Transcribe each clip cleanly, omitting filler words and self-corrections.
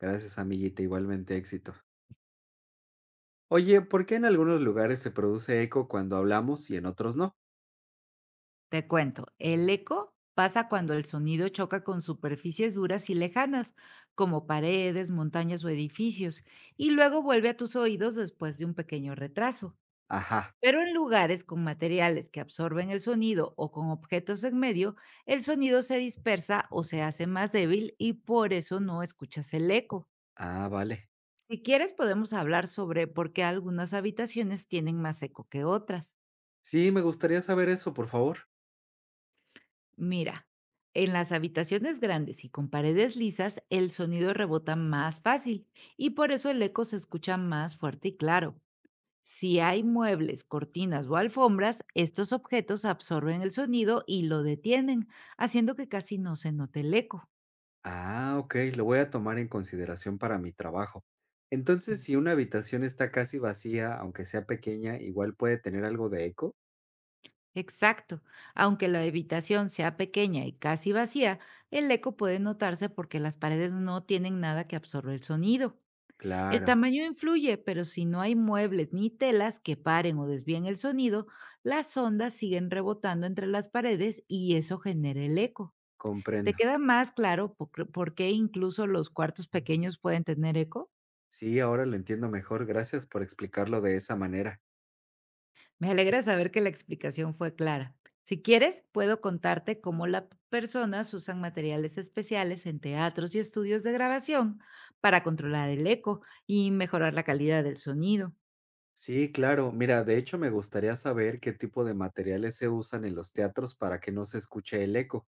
Gracias, amiguita. Igualmente éxito. Oye, ¿por qué en algunos lugares se produce eco cuando hablamos y en otros no? Te cuento, el eco pasa cuando el sonido choca con superficies duras y lejanas, como paredes, montañas o edificios, y luego vuelve a tus oídos después de un pequeño retraso. Ajá. Pero en lugares con materiales que absorben el sonido o con objetos en medio, el sonido se dispersa o se hace más débil y por eso no escuchas el eco. Ah, vale. Si quieres podemos hablar sobre por qué algunas habitaciones tienen más eco que otras. Sí, me gustaría saber eso, por favor. Mira, en las habitaciones grandes y con paredes lisas, el sonido rebota más fácil y por eso el eco se escucha más fuerte y claro. Si hay muebles, cortinas o alfombras, estos objetos absorben el sonido y lo detienen, haciendo que casi no se note el eco. Ah, ok. Lo voy a tomar en consideración para mi trabajo. Entonces, si una habitación está casi vacía, aunque sea pequeña, igual puede tener algo de eco. Exacto. Aunque la habitación sea pequeña y casi vacía, el eco puede notarse porque las paredes no tienen nada que absorba el sonido. El Claro, tamaño influye, pero si no hay muebles ni telas que paren o desvíen el sonido, las ondas siguen rebotando entre las paredes y eso genera el eco. ¿Te comprendo. queda más claro por qué incluso los cuartos pequeños pueden tener eco? Sí, ahora lo entiendo mejor. Gracias por explicarlo de esa manera. Me alegra saber que la explicación fue clara. Si quieres, puedo contarte cómo las personas usan materiales especiales en teatros y estudios de grabación para controlar el eco y mejorar la calidad del sonido. Sí, claro. Mira, de hecho me gustaría saber qué tipo de materiales se usan en los teatros para que no se escuche el eco.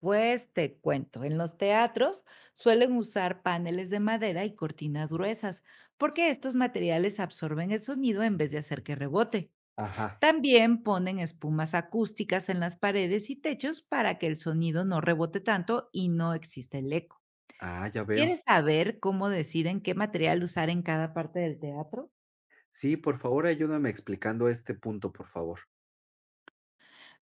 Pues te cuento, en los teatros suelen usar paneles de madera y cortinas gruesas, porque estos materiales absorben el sonido en vez de hacer que rebote. Ajá. También ponen espumas acústicas en las paredes y techos para que el sonido no rebote tanto y no exista el eco. Ah, ya veo. ¿Quieres saber cómo deciden qué material usar en cada parte del teatro? Sí, por favor, ayúdame explicando este punto, por favor.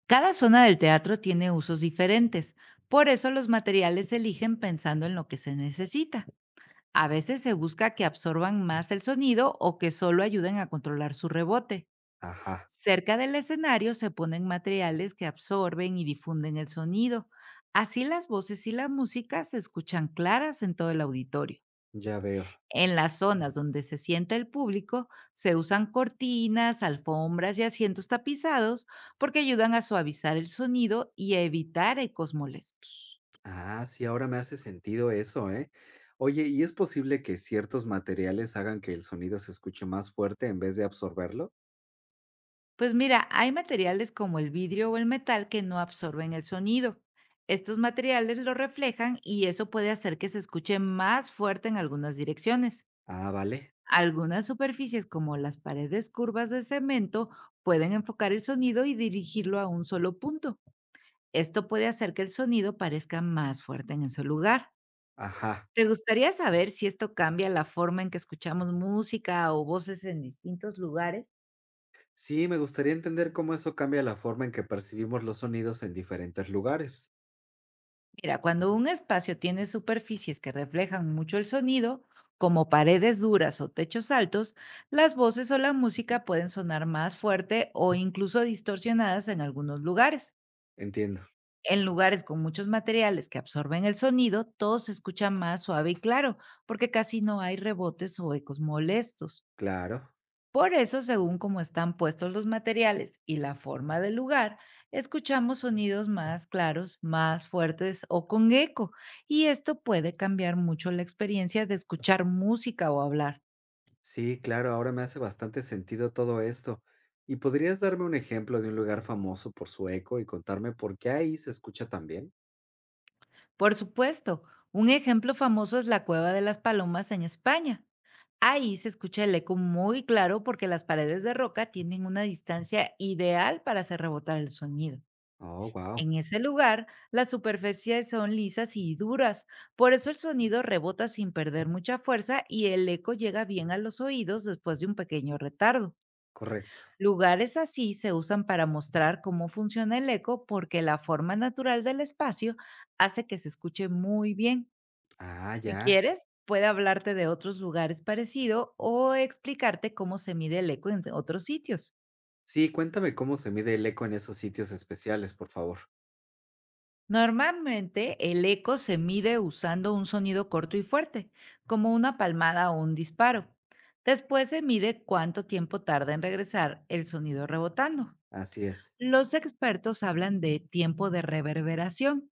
Cada zona del teatro tiene usos diferentes, por eso los materiales se eligen pensando en lo que se necesita. A veces se busca que absorban más el sonido o que solo ayuden a controlar su rebote. Ajá, Cerca del escenario se ponen materiales que absorben y difunden el sonido. Así las voces y la música se escuchan claras en todo el auditorio. ya veo. En las zonas donde se sienta el público se usan cortinas, alfombras y asientos tapizados porque ayudan a suavizar el sonido y a evitar ecos molestos. Ah, sí, ahora me hace sentido eso, ¿eh? Oye, ¿y es posible que ciertos materiales hagan que el sonido se escuche más fuerte en vez de absorberlo? Pues mira, hay materiales como el vidrio o el metal que no absorben el sonido. Estos materiales lo reflejan y eso puede hacer que se escuche más fuerte en algunas direcciones. Ah, vale. Algunas superficies como las paredes curvas de cemento pueden enfocar el sonido y dirigirlo a un solo punto. Esto puede hacer que el sonido parezca más fuerte en ese lugar. Ajá. ¿Te gustaría saber si esto cambia la forma en que escuchamos música o voces en distintos lugares? Sí, me gustaría entender cómo eso cambia la forma en que percibimos los sonidos en diferentes lugares. Mira, cuando un espacio tiene superficies que reflejan mucho el sonido, como paredes duras o techos altos, las voces o la música pueden sonar más fuerte o incluso distorsionadas en algunos lugares. Entiendo. En lugares con muchos materiales que absorben el sonido, todo se escucha más suave y claro, porque casi no hay rebotes o ecos molestos. Claro. Por eso, según cómo están puestos los materiales y la forma del lugar, escuchamos sonidos más claros, más fuertes o con eco, y esto puede cambiar mucho la experiencia de escuchar música o hablar. Sí, claro, ahora me hace bastante sentido todo esto. ¿Y podrías darme un ejemplo de un lugar famoso por su eco y contarme por qué ahí se escucha tan bien? Por supuesto, un ejemplo famoso es la Cueva de las Palomas en España. Ahí se escucha el eco muy claro porque las paredes de roca tienen una distancia ideal para hacer rebotar el sonido. Oh, wow, En ese lugar, las superficies son lisas y duras, por eso el sonido rebota sin perder mucha fuerza y el eco llega bien a los oídos después de un pequeño retardo. correcto. Lugares así se usan para mostrar cómo funciona el eco porque la forma natural del espacio hace que se escuche muy bien. Ah, Si ya. quieres, puede hablarte de otros lugares parecidos o explicarte cómo se mide el eco en otros sitios. Sí, cuéntame cómo se mide el eco en esos sitios especiales, por favor. Normalmente el eco se mide usando un sonido corto y fuerte, como una palmada o un disparo. Después se mide cuánto tiempo tarda en regresar el sonido rebotando. Así es. Los expertos hablan de tiempo de reverberación,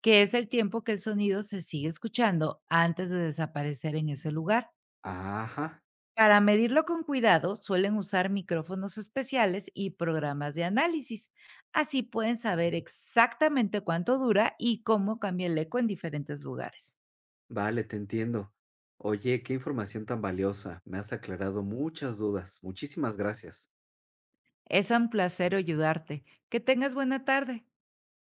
que es el tiempo que el sonido se sigue escuchando antes de desaparecer en ese lugar. Ajá, Para medirlo con cuidado, suelen usar micrófonos especiales y programas de análisis. Así pueden saber exactamente cuánto dura y cómo cambia el eco en diferentes lugares. vale, te entiendo. Oye, qué información tan valiosa. Me has aclarado muchas dudas. Muchísimas gracias. Es un placer ayudarte. Que tengas buena tarde.